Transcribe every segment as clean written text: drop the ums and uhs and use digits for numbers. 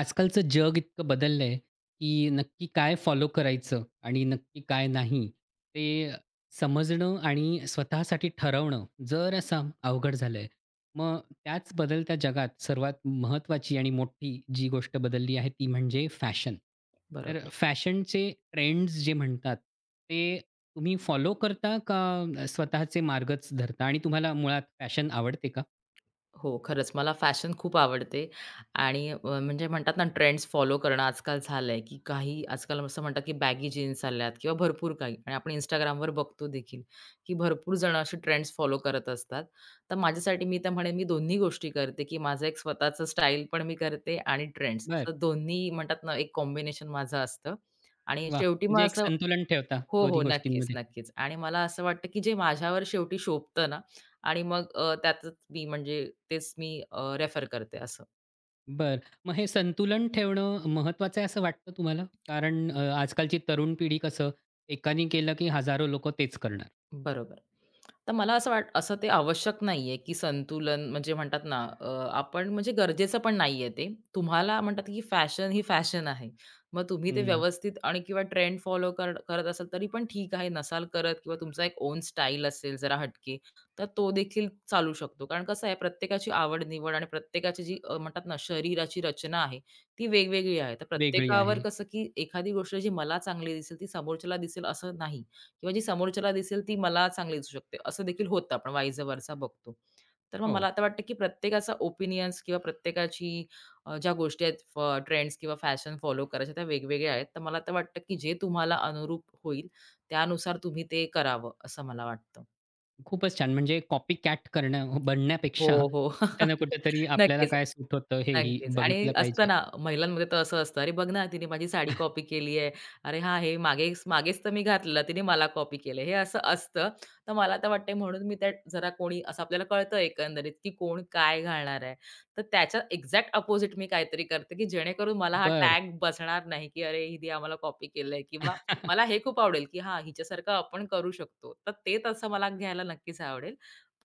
आजकालचं जग इतकं बदललंय, की नक्की काय फॉलो करायचं आणि नक्की काय नाही, ते समजणं आणि स्वतःसाठी ठरवणं जरासं अवघड झालंय. मग त्याच बदलत्या जगात सर्वात महत्त्वाची आणि मोठी जी गोष्ट बदलली आहे, ती म्हणजे फॅशन. तर बरोबर. फॅशनचे ट्रेंड्स जे म्हणतात, ते तुम्ही फॉलो करता का स्वतःचे मार्गच धरता आणि तुम्हाला मुळात फॅशन आवडते का? हो, खरंच मला फॅशन खूप आवडते आणि म्हणजे म्हणतात ना ट्रेंड्स फॉलो करणं आजकाल झालंय, की काही आजकाल असं म्हणतात, की बॅगी जीन्स आल्यात किंवा भरपूर काही आणि आपण Instagramवर बघतो देखील, की भरपूर जणं असे ट्रेंड्स फॉलो करत असतात. तर माझ्यासाठी मी तर म्हणेन मी दोन्ही गोष्टी करते, की माझं एक स्वतःचं स्टाईल पण मी करते आणि ट्रेंड्स बरं, असं दोन्ही म्हणतात ना एक कॉम्बिनेशन माझं असतं आणि वाह! शेवटी मग म्हणजे एक असं संतुलन ठेवता हो, हो. दोन्ही नक्कीच, गोष्टींमध्ये. नक्कीच. आणि मला असं वाटतं, की जे माझ्यावर शेवटी शोभतं ना आणि मग त्यातच मी म्हणजे तेच मी रेफर करते असं. बरं. मग हे संतुलन ठेवणं महत्त्वाचं आहे असं वाटतं तुम्हाला? कारण आजकालची तरुण पिढी कसं एकाने केलं की हजारो लोकं तेच करणार. बरोबर. तर मला असं ते आवश्यक नाहीये, की संतुलन म्हणजे म्हणतात ना, आपण म्हणजे गरजेचं पण नाहीये ते. तुम्हाला म्हणतात, की फॅशन ही फॅशन आहे. मग तुम्ही ते हं, व्यवस्थित आणि किंवा ट्रेंड फॉलो करत असाल तरी पण ठीक आहे. नसाल करत किंवा तुमचा एक ओन स्टाईल असेल जरा हटके, तर तो देखील चालू शकतो. कारण कसं आहे प्रत्येकाची आवड-निवड आणि प्रत्येकाची जी म्हणतात ना, शरीराची रचना आहे, ती वेगवेगळी आहे. तर वेगळी आहे. प्रत्येकावर कसं, की एखादी गोष्ट जी मला चांगली दिसेल ती समोरच्याला दिसेल असं नाही. किंवा जी समोरच्याला दिसेल ती मला चांगली दिसू शकते. असं देखील होतं आपण वाईज वर्सा बघतो. तर मग हो, मला आता वाटतं, की प्रत्येकाचा ओपिनियन्स किंवा प्रत्येकाची ज्या गोष्टी आहेत ट्रेंड्स किंवा फॅशन फॉलो करायच्या त्या वेगवेगळ्या आहेत. तर मला तर वाटतं, की जे तुम्हाला अनुरूप होईल त्यानुसार तुम्ही ते करावं असं मला वाटतं. खूपच छान. म्हणजे कॉपी कॅट करणं हो, हो, बनण्यापेक्षा हो. कुठे ना कुठेतरी आपल्याला नक्कीच. काय सूट होतं हेही नक्कीच आणि बघितलं असतं पाहिजे. ना, महिलांमध्ये तर असं असतं, "अरे बघ ना, तिने माझी साडी कॉपी केली आहे. अरे हां, हे मागे मागेच तर मी घातलेलं, तिने मला कॉपी केलं." हे असं असतं. तर मला तर वाटतंय म्हणून मी त्या जरा कोणी असं आपल्याला कळतं एकंदरीत, की कोण काय घालणार आहे. तर त्याच्या एक्झॅक्ट अपोजिट मी काहीतरी करते, की जेणेकरून मला हा बरं. टॅग बसणार नाही, की "अरे, हिने आम्हाला कॉपी केलंय" किंवा वाह! मला हे खूप आवडेल, की हां, हिच्यासारखं आपण करू शकतो. तर ते तसं मला घ्यायला नक्कीच आवडेल.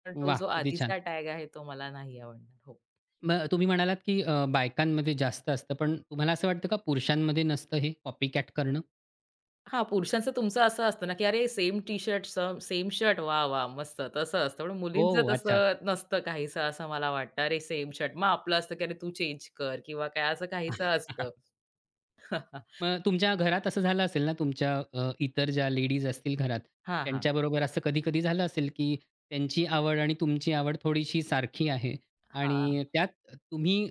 पण तो जो किती छान. आधीचा टॅग आहे, तो मला नाही आवडणार. हो. मग तुम्ही म्हणालात की बायकांमध्ये जास्त असतं, पण तुम्हाला असं वाटतं का पुरुषांमध्ये नसतं हे कॉपी कॅट करणं? हां, पुरुषांचं तुमचं असं असतं ना, की "अरे same T shirt, some same shirt. वाह! वाह! मस्त." तसं असतं. पण मुलींचं ओह! अच्छा. तसं नसतं काहीसं असं मला वाटतं. "अरे सेम शर्ट." मग आपलं असतं, की "अरे तू चेंज कर" किंवा काय असं काहीसं असतं. मग तुमच्या घरात असं झालं असेल ना, तुमच्या इतर ज्या लेडीज असतील घरात, हां, हां. त्यांच्याबरोबर असं कधी-कधी झालं असेल, की त्यांची आवड आणि तुमची आवड थोडीशी सारखी आहे हां. आणि त्यात तुम्ही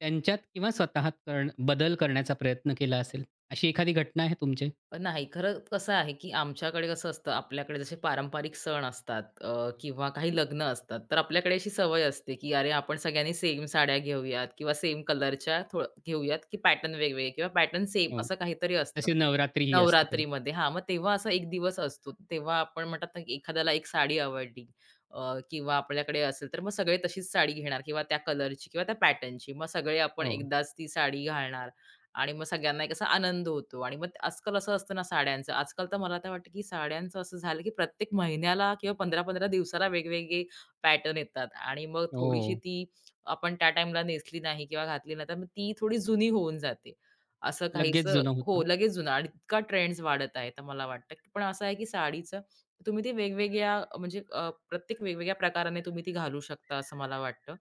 त्यांच्यात किंवा स्वतःत बदल करण्याचा प्रयत्न केला असेल. अशी एखादी घटना आहे तुमची? नाही, खरं कसं आहे, की आमच्याकडे कसं असतं, आपल्याकडे जसे पारंपरिक सण असतात किंवा काही लग्न असतात, तर आपल्याकडे अशी सवय असते, की अरे, आपण सगळ्यांनी सेम साड्या घेऊयात किंवा सेम कलरच्या थोडं घेऊयात, की पॅटर्न वेगवेगळे किंवा पॅटर्न सेम हो. असं काहीतरी असतं. तशी नवरात्री ही असते कधी. नवरात्रीमध्ये हां, मग तेव्हा असा एक दिवस असतो. तेव्हा आपण म्हणतात ना, की एखाद्याला एक साडी आवडली अ, किंवा आपल्याकडे असेल, तर मग सगळे तशीच साडी घेणार किंवा त्या कलरची किंवा त्या पॅटर्नची. मग सगळे आपण हो. एकदाच ती साडी घालणार. आणि मग सगळ्यांना एक असा आनंद होतो आणि मग आजकाल असं असतं ना साड्यांचं. आजकाल तर मला तर वाटतं, की साड्यांचं असं झालं, की प्रत्येक महिन्याला किंवा 15-15 दिवसाला वेगवेगळे पॅटर्न येतात आणि मग थोडीशी हो. ती आपण त्या टाईमला नेसली नाही किंवा घातली नाही, तर मग ती थोडी जुनी होऊन जाते. असं लगेच काहीसं जुनं हो, होतं. लगेच जुनं आणि इतका ट्रेंड्स वाढत आहे. तर मला वाटतं, की- पण असं आहे, की साडीचं तुम्ही ते वेगवेगळ्या म्हणजे प्रत्येक वेगवेगळ्या प्रकाराने तुम्ही ती घालू शकता असं मला वाटतं.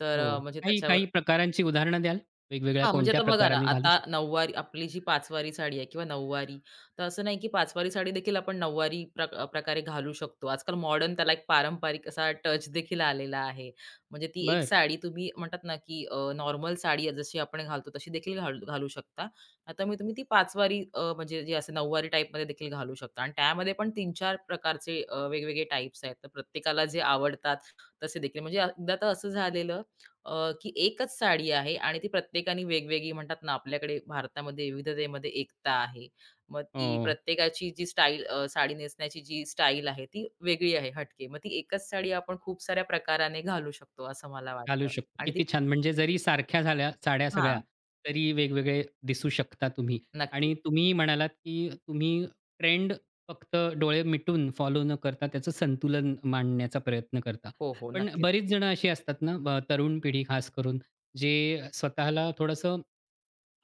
तर हो. म्हणजे काही त्याच्यावर काही प्रकारांची उदाहरणं द्याल? वेगवेगळ्या हां, म्हणजे कोणत्या आता बघा ना, प्रकाराने घालू आता शकतो? नऊवारी आपली जी पाचवारी साडी आहे किंवा नऊवारी, तर असं नाही की पाचवारी साडी देखील आपण नऊवारी प्रकारे घालू शकतो. आजकाल मॉडर्न त्याला एक पारंपरिक असा टच देखील आलेला आहे. म्हणजे ती एक बरं. साडी तुम्ही म्हणतात ना, की नॉर्मल साडी आहे, जशी आपण घालतो तशी देखील घालू शकता. आता मी तुम्ही ती पाचवारी म्हणजे जे असे नऊवारी टाईपमध्ये देखील घालू शकता आणि त्यामध्ये पण 3-4 प्रकारचे वेगवेगळे टाइप्स आहेत. तर प्रत्येकाला जे आवडतात तसे देखील म्हणजे एकदा तर असं झालेलं की एकच साडी आहे आणि ती प्रत्येकाने वेगवेगळी म्हणतात ना, आपल्याकडे भारतामध्ये विविधतेमध्ये एकता आहे. मग ती हो. प्रत्येकाची जी स्टाईल साडी नेसण्याची जी स्टाईल आहे, ती वेगळी आहे हटके. मग ती एकच साडी आपण खूप साऱ्या प्रकाराने घालू शकतो, असं मला घालू वाटतं शकतो. आणि ती किती छान! म्हणजे जरी सारख्या झाल्या साड्या सगळ्या, हां, तरी वेगवेगळे दिसू शकता तुम्ही. नक्कीच. आणि तुम्ही म्हणालात, की तुम्ही ट्रेंड फक्त डोळे मिटून फॉलो न करता त्याचं संतुलन मांडण्याचा प्रयत्न करता. हो, हो. पण नक्कीच. बरीच जण अशी असतात ना, तरुण पिढी खास करून, जे स्वतःला थोडंसं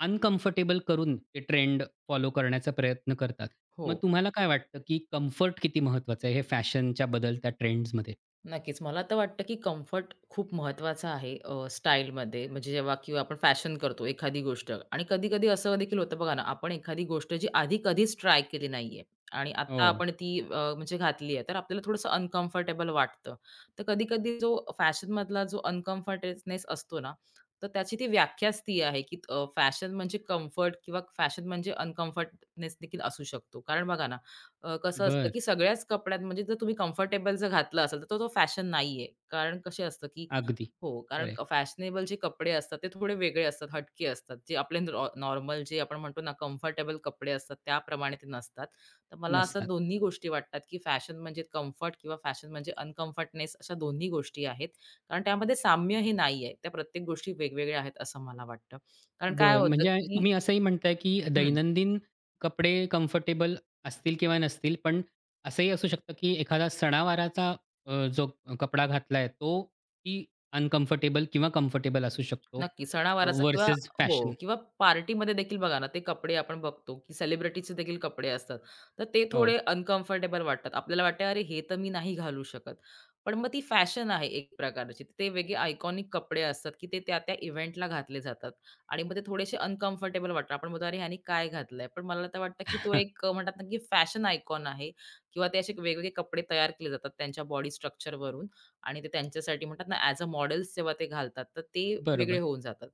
अनकम्फर्टेबल करून ते ट्रेंड फॉलो करण्याचा प्रयत्न करतात. हो. मग तुम्हाला काय वाटतं, की कम्फर्ट किती महत्वाचं आहे हे फॅशनच्या बदलत्या ट्रेंड्समध्ये? नक्कीच. मला तर वाटतं, की कम्फर्ट खूप महत्त्वाचा आहे स्टाईलमध्ये. म्हणजे जेव्हा किंवा आपण फॅशन करतो एखादी गोष्ट आणि कधी-कधी असं देखील होतं बघा ना, आपण एखादी गोष्ट जी आधी कधीच ट्राय केली नाहीये आणि आता हो. आपण ती म्हणजे घातली आहे, तर आपल्याला थोडंसं अनकम्फर्टेबल वाटतं. तर कधी-कधी जो फॅशनमधला जो अनकम्फर्टेबनेस असतो ना, तर त्याची ती व्याख्याच ती आहे, की फॅशन म्हणजे कम्फर्ट किंवा फॅशन म्हणजे अनकम्फर्टनेस देखील असू शकतो. कारण बघा ना, कसं असतं, बरं. की सगळ्याच कपड्यात म्हणजे जर तुम्ही कम्फर्टेबल जर घातला असेल, तर तो तो फॅशन नाहीये. कारण कसे असतं, की अगदी. हो, कारण खरं फॅशनेबल जे कपडे असतात, ते थोडे वेगळे असतात, हटके असतात. जे आपले नॉर्मल जे आपण म्हणतो ना, कम्फर्टेबल कपडे असतात, त्याप्रमाणे ते नसतात. तर मला असं नसतात. दोन्ही गोष्टी वाटतात, की फॅशन म्हणजे कम्फर्ट किंवा फॅशन म्हणजे अनकम्फर्टनेस अशा दोन्ही गोष्टी आहेत. कारण त्यामध्ये साम्य हे नाहीये. त्या प्रत्येक गोष्टी वेगवेगळ्या आहेत, असं मला वाटतं. कारण काय बरं. होतं, म्हणजे की तुम्ही असंही म्हणताय, की हं. दैनंदिन कपडे कम्फर्टेबल असतील किंवा नसतील, पण असंही असू शकतं, की एखादा सणावाराचा जो कपडा घातलाय तो ही अनकम्फर्टेबल किंवा कम्फर्टेबल असू शकतो नक्की. सणावाराचा किंवा व्हर्सेस हो फॅशन. किंवा पार्टीमध्ये देखील बघा ना, ते कपडे आपण बघतो, की सेलिब्रिटीचे देखील कपडे असतात. तर ते हो. थोडे अनकम्फर्टेबल वाटतात. आपल्याला वाटतं, "अरे, हे तर मी नाही घालू शकत." पण मग ती फॅशन आहे एक प्रकारची. ते वेगळे आयकॉनिक कपडे असतात, की ते त्या-त्या इव्हेंटला घातले जातात आणि मग ते थोडेसे अनकम्फर्टेबल वाटतात. आपण म्हणतो, "अरे, ह्याने काय घातलंय?" पण मला तर वाटतं, की तो एक म्हणतात ना, की फॅशन आयकॉन आहे किंवा ते असे वेगवेगळे कपडे तयार केले जातात त्यांच्या बॉडी स्ट्रक्चरवरून आणि ते त्यांच्यासाठी म्हणतात ना, ॲज अ मॉडेल्स जेव्हा ते घालतात, तर ते वेगळे बरोबर. होऊन जातात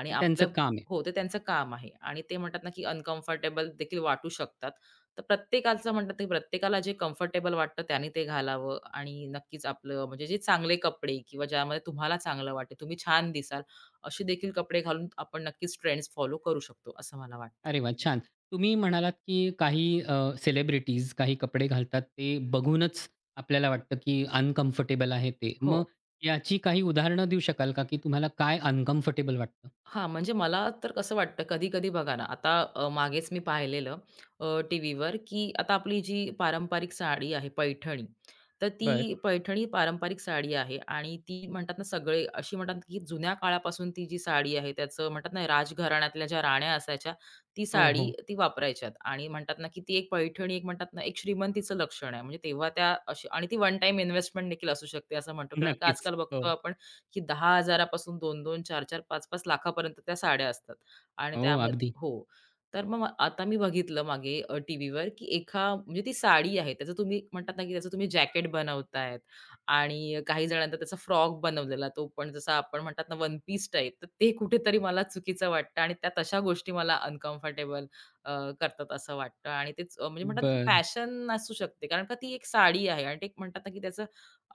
आणि ते त्यांचं आपलं काम आहे. हो, ते त्यांचं काम आहे आणि ते म्हणतात ना, की अनकम्फर्टेबल देखील वाटू शकतात. तर प्रत्येकाचं म्हणतात ते प्रत्येकाला जे कम्फर्टेबल वाटतं त्याने ते घालावं आणि नक्कीच आपलं म्हणजे जे चांगले कपडे किंवा ज्यामध्ये तुम्हाला चांगलं वाटेल, तुम्ही छान दिसाल, असे देखील कपडे घालून आपण नक्कीच ट्रेंड्स फॉलो करू शकतो, असं मला वाटतं. अरे वाह! छान. तुम्ही म्हणालात, की काही सेलिब्रिटीज काही कपडे घालतात ते बघूनच आपल्याला वाटतं, की अनकम्फर्टेबल आहे ते. हो. मग याची काही उदाहरणं देऊ शकाल का, की तुम्हाला काय अनकम्फर्टेबल वाटतं? हां, म्हणजे मला तर कसं वाटतं कधी-कधी बघा ना, आता मागेच मी पाहिलेलं टीव्हीवर, की आता आपली जी पारंपरिक साडी आहे पैठणी, तर ती बर पैठणी पारंपरिक साडी आहे आणि ती म्हणतात ना सगळे अशी म्हणतात, की जुन्या काळापासून ती जी साडी आहे त्याचं म्हणतात ना राजघराण्यातल्या ज्या राण्या असायच्या, ती हो, साडी हो. ती वापरायच्यात आणि म्हणतात ना, की ती एक पैठणी एक म्हणतात ना एक श्रीमंतीचं लक्षण आहे. म्हणजे तेव्हा त्या अशी आणि ती वन टाईम इन्व्हेस्टमेंट देखील असू शकते असं म्हणतो. कारण का नक्कीच. आजकाल हो. बघतो आपण की 10,000 2-2, 4-4, 5-5 लाखापर्यंत त्या साड्या असतात आणि हो, त्यामध्ये अगदी. हो. तर मग आता मी बघितलं मागे टीव्हीवर की एका म्हणजे ती साडी आहे. त्याचं तुम्ही म्हणतात ना, की त्याचं तुम्ही जॅकेट बनवतायत आणि काही जणांना त्याचा फ्रॉक बनवलेला, तो पण जसा आपण म्हणतात ना, वन पीस टाइप. तर ते कुठेतरी मला चुकीचं वाटतं आणि त्या तशा गोष्टी मला अनकम्फर्टेबल करतात असं वाटतं आणि तेच म्हणजे म्हणतात, ती बर फॅशन असू शकते कारण का ती एक साडी आहे आणि ते एक म्हणतात ना, की त्याचं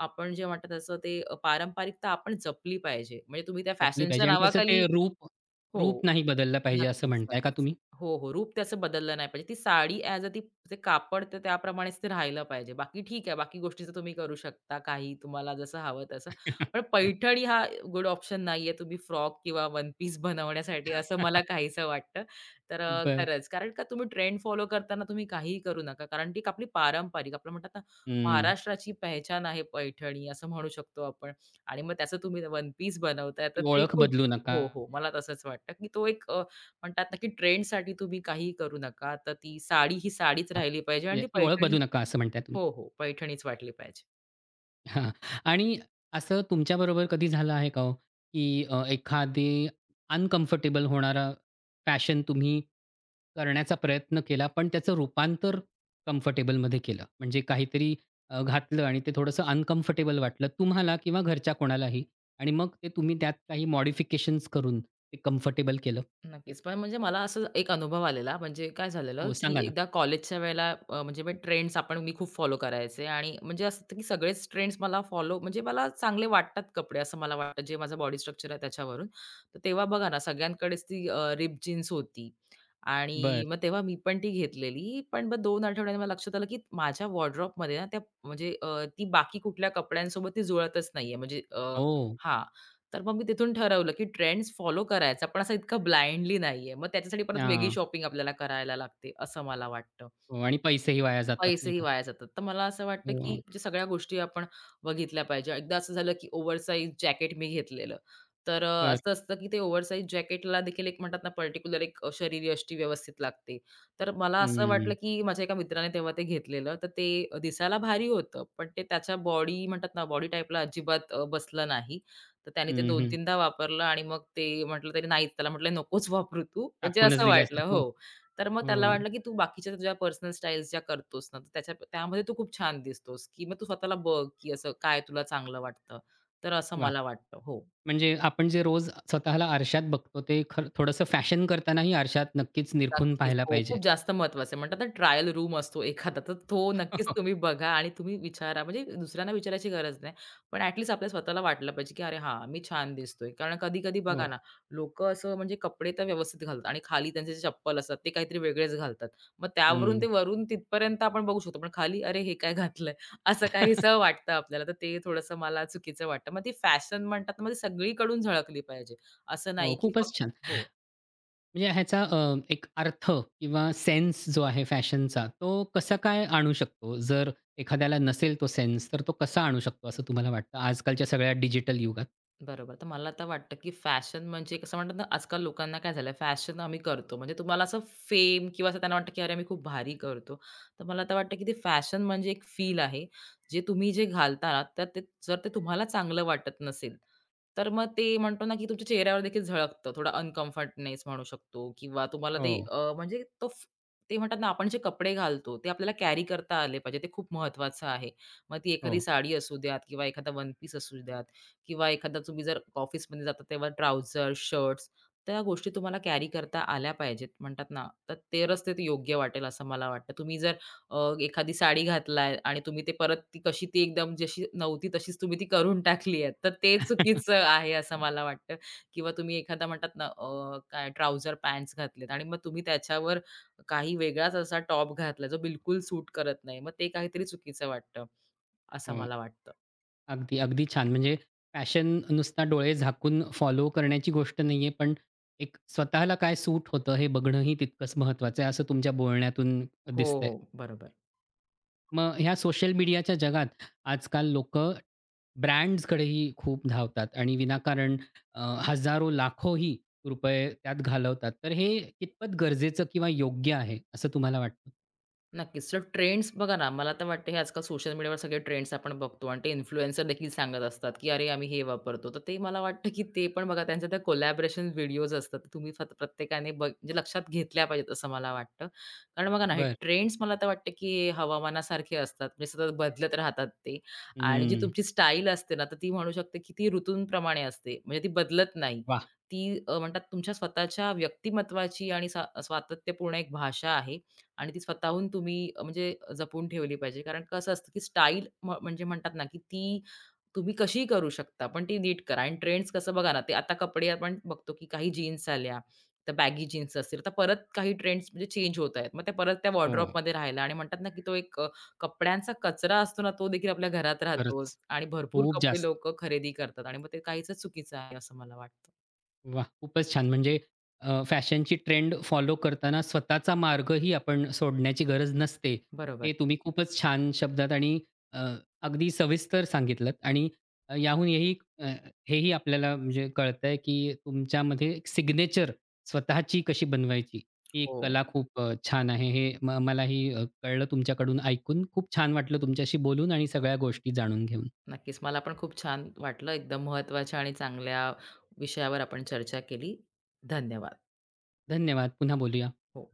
आपण जे म्हणतात तसं ते पारंपरिकता आपण जपली पाहिजे. म्हणजे तुम्ही त्या जपली फॅशनच्या पाहिजे आणि त्याचं नावाखाली ते रूप हो. रूप नाही बदललं पाहिजे असं नक्कीच, म्हणताय का नक्कीच. तुम्ही? हो, हो. रूप त्याचं बदललं नाही पाहिजे. ती साडी ॲज अ ती ते कापड तर त्याप्रमाणेच ते राहिलं पाहिजे. बाकी ठीक आहे, बाकी गोष्टीचं तुम्ही करू शकता काही तुम्हाला जसं हवं तसं. पण पैठणी हा गुड ऑप्शन नाहीये तुम्ही फ्रॉक किंवा वन पीस बनवण्यासाठी असं मला काहीसं वाटतं. तर बरं. खरंच कारण का तुम्ही ट्रेंड फॉलो करताना तुम्ही काहीही करू नका. कारण ती एक आपली पारंपरिक आपलं म्हणतात ना, हं. महाराष्ट्राची पेहचान आहे पैठणी असं म्हणू शकतो आपण. आणि मग त्याचं तुम्ही वन पीस बनवताय ती तर ते ओळख कुठे बदलू नका. हो, हो. मला तसंच वाटतं, की तो एक म्हणतात ना, की ट्रेंडसाठी तुम्ही काहीही करू नका. तर ती साडी ही साडीच राहिली पाहिजे आणि म्हणजे ती ती ओळख पैठणी बदलू नका असं म्हणताय हो, हो. पैठणीच वाटली पाहिजे. हां. आणि असं तुमच्याबरोबर कधी झालं आहे का हो, की एखादी अनकम्फर्टेबल होणारा फॅशन तुम्ही करण्याचा प्रयत्न केला, पण त्याचं रूपांतर कम्फर्टेबलमध्ये केलं? म्हणजे काहीतरी घातलं आणि ते थोडंसं अनकम्फर्टेबल वाटलं तुम्हाला किंवा घरच्या कोणालाही आणि मग ते तुम्ही त्यात काही मॉडिफिकेशन्स करून ते कम्फर्टेबल केलं? नक्कीच. पण म्हणजे मला असं एक अनुभव आलेला म्हणजे काय झालेलं, हो, की सांगा ना. एकदा कॉलेजच्या वेळेला म्हणजे मी ट्रेंड्स आपण मी खूप फॉलो करायचे आणि म्हणजे असं होतं, की सगळेच ट्रेंड्स मला फॉलो म्हणजे मला चांगले वाटतात कपडे असं मला वाटतं, जे माझा बॉडी स्ट्रक्चर आहे त्याच्यावरून. तर तेव्हा बघा ना सगळ्यांकडेच ती रिप जीन्स होती आणि बरं. मग तेव्हा मी पण ती घेतलेली. पण मग 2 आठवड्यांनी मला लक्षात आलं, की माझ्या वॉर्डरोबमध्ये ना त्या म्हणजे ती बाकी कुठल्या कपड्यांसोबत ती जुळतच नाहीये म्हणजे हो. हां. तर मग मी तिथून ठरवलं, की ट्रेंड्स फॉलो करायचा, पण असा इतका ब्लाइंडली नाहीये. मग त्याच्यासाठी परत वेगळी हां. शॉपिंग आपल्याला करायला लागते, असं मला वाटतं. हो आणि पैसेही वाया जातात नाही पैसेही का? वाया जातात. तर मला असं वाटतं, की हो. म्हणजे सगळ्या गोष्टी आपण बघितल्या पाहिजे. एकदा असं झालं, की ओव्हरसाइज जॅकेट मी घेतलेलं. तर बरं. असं असतं, की ते ओव्हरसाइज जॅकेटला देखील एक म्हणतात ना, पर्टिक्युलर एक शरीरयष्टी व्यवस्थित लागते. तर मला असं वाटलं, हं. की माझ्या एका मित्राने तेव्हा ते घेतलेलं. तर ते दिसायला भारी होतं, पण ते त्याच्या बॉडी म्हणतात ना, बॉडी टाइपला अजिबात बसलं नाही. तर त्याने ते हं, हं. 2-3दा वापरलं आणि मग ते म्हटलं त्याने, "नाही," त्याला म्हटलं, "नकोच वापरू तू." म्हणजे टाकूनच असं वाटलं. दिल्यासारखं. हो. तर मग हो. त्याला वाटलं, की तू बाकीच्या तुझ्या पर्सनल स्टाईल्स ज्या करतोस ना, तर त्याच्या त्यामध्ये तू खूप छान दिसतोस, की मग तू स्वतःला बघ, की असं काय तुला चांगलं वाटतं. तर असं वाह! मला वाटतं. हो. म्हणजे आपण जे रोज स्वतःला आरशात बघतो, ते खरं थोडंसं फॅशन करतानाही आरशात नक्कीच निरखून नक्कीच. पाहायला हो, पाहिजे. खूप जास्त महत्वाचं आहे. म्हणतात ना ट्रायल रूम असतो एखादा, तर तो नक्कीच तुम्ही बघा आणि तुम्ही विचारा. म्हणजे दुसऱ्यांना विचारायची गरज नाही. पण ॲट लीस्ट आपल्या स्वतःला वाटलं पाहिजे, की "अरे हां, मी छान दिसतोय." कारण कधी-कधी बघा हो. ना, लोकं असं म्हणजे कपडे तर व्यवस्थित घालतात आणि खाली त्यांचे जे चप्पल असतात ते काहीतरी वेगळेच घालतात. मग त्यावरून हं. ते वरून तिथपर्यंत आपण बघू शकतो. पण खाली "अरे, हे काय घातलंय?" असं काहीसं वाटतं आपल्याला. तर ते थोडंसं मला चुकीचं वाटतं. मग ती फॅशन म्हणतात ना, मग ती सगळीकडून झळकली पाहिजे. असं नाही हो, की खूपच फक्त छान. हो. म्हणजे ह्याचा एक अर्थ किंवा सेन्स जो आहे फॅशनचा, तो कसा काय आणू शकतो? जर एखाद्याला नसेल तो सेन्स, तर तो कसा आणू शकतो असं तुम्हाला वाटतं आजकालच्या सगळ्या डिजिटल युगात? बरोबर. तर मला आता वाटतं, की फॅशन म्हणजे कसं म्हणतात ना, आजकाल लोकांना काय झालंय फॅशन आम्ही करतो. म्हणजे तुम्हाला असं फेम किंवा असं त्यांना वाटतं, की अरे मी खूप भारी करतो. तर मला आता वाटतं, की ते फॅशन म्हणजे एक फील आहे. जे तुम्ही जे घालता ना, तर ते जर ते तुम्हाला चांगलं वाटत नसेल, तर मग ते म्हणतो ना, की तुमच्या चेहऱ्यावर देखील झळकतं. थोडा अनकम्फर्टनेस म्हणू शकतो किंवा तुम्हाला ते हो, अ, म्हणजे तो फ- ते म्हणतात ना, आपण जे कपडे घालतो ते आपल्याला कॅरी करता आले पाहिजे. ते खूप महत्त्वाचं आहे. मग ती एखादी हो. साडी असू द्यात किंवा एखादा वन पीस असू द्यात. किंवा एखादा तुम्ही जर ऑफिसमध्ये जाता तेव्हा ट्राउझर, शर्ट्स त्या गोष्टी तुम्हाला कॅरी करता आल्या पाहिजेत म्हणतात ना, तर ते रस्ते ते योग्य वाटेल असं मला वाटतं. तुम्ही जर अ, एखादी साडी घातलाय आणि तुम्ही ते परत ती कशी ती एकदम जशी नव्हती तशीच तुम्ही ती करून टाकली आहे, तर ते चुकीचं आहे असं मला वाटतं. किंवा तुम्ही एखादा म्हणतात ना काय ट्राउझर पॅन्ट्स घातलेत आणि मग तुम्ही त्याच्यावर काही वेगळाच असा टॉप घातला जो बिलकुल सूट करत नाही. मग ते काहीतरी चुकीचं वाटतं, असं हो. मला वाटतं. अगदी, अगदी छान. म्हणजे पॅशन नुसता डोळे झाकून फॉलो करण्याची गोष्ट नाहीये, पण एक स्वतःला काय सूट होतं हे बघणंही तितकंच महत्त्वाचं आहे, असं तुमच्या बोलण्यातून हो, दिसतंय. हो. बरोबर. मग ह्या सोशल मीडियाच्या जगात आजकाल लोकं ब्रँड्सकडेही खूप धावतात आणि विनाकारण अ, हजारो, लाखोही रुपये त्यात घालवतात. तर हे कितपत गरजेचं किंवा योग्य आहे असं तुम्हाला वाटतं? नक्कीच. तर ट्रेंड्स बघा ना, मला तर वाटतं हे आजकाल सोशल मीडियावर सगळे ट्रेंड्स आपण बघतो आणि ते इन्फ्लुएन्सर देखील सांगत असतात, की "अरे, आम्ही हे वापरतो." तर ते मला वाटतं, की ते पण बघा त्यांच्या त्या कोलॅबोरेशन व्हिडिओज असतात. तर तुम्ही फक्त प्रत्येकाने बघ म्हणजे लक्षात घेतल्या पाहिजेत असं मला वाटतं. कारण बघा ना, हे बरं. ट्रेंड्स मला तर वाटतं, की हे हवामानासारखे असतात. म्हणजे सतत बदलत राहतात ते आणि जी हं. तुमची स्टाईल असते ना, तर ती म्हणू शकते, की ती ऋतूंप्रमाणे असते. म्हणजे ती बदलत नाही. वाह! ती म्हणतात तुमच्या स्वतःच्या व्यक्तिमत्त्वाची आणि सातत्यपूर्ण एक भाषा आहे आणि ती स्वतःहून तुम्ही म्हणजे जपून ठेवली पाहिजे. कारण कसं असतं, की स्टाईल म्हणजे म्हणतात ना, की ती तुम्ही कशीही करू शकता, पण ती नीट करा. आणि ट्रेंड्स कसं बघा ना, ते आता कपडे आपण बघतो, की काही जीन्स आल्या, तर बॅगी जीन्स असतील, तर परत काही ट्रेंड्स म्हणजे चेंज होत आहेत. मग त्या परत त्या हो, वॉर्डरोबमध्ये राहिला आणि म्हणतात ना, की तो एक कपड्यांचा कचरा असतो ना, तो देखील आपल्या घरात राहतो खरंच. आणि भरपूर खूप कपडे जास्त. लोकं खरेदी करतात आणि मग ते काहीच चुकीचं आहे, असं मला वाटतं. वाह! खूपच छान. म्हणजे फॅशनची ट्रेंड फॉलो करताना स्वतःचा मार्गही आपण सोडण्याची गरज नसते. बरोबर. हे तुम्ही खूपच छान शब्दात आणि अ, अगदी सविस्तर सांगितलंत आणि अ, याहून अ, हेही आपल्याला म्हणजे कळतंय, की तुमच्यामध्ये एक सिग्नेचर स्वतःची कशी बनवायची, ही एक हो. कला खूप छान आहे. हे मलाही कळलं तुमच्याकडून ऐकून. खूप छान वाटलं तुमच्याशी बोलून आणि सगळ्या गोष्टी जाणून घेऊन. नक्कीच. मला पण खूप छान वाटलं. एकदम महत्त्वाच्या आणि चांगल्या विषयावर आपण चर्चा केली. धन्यवाद. धन्यवाद. पुन्हा बोलूया. हो.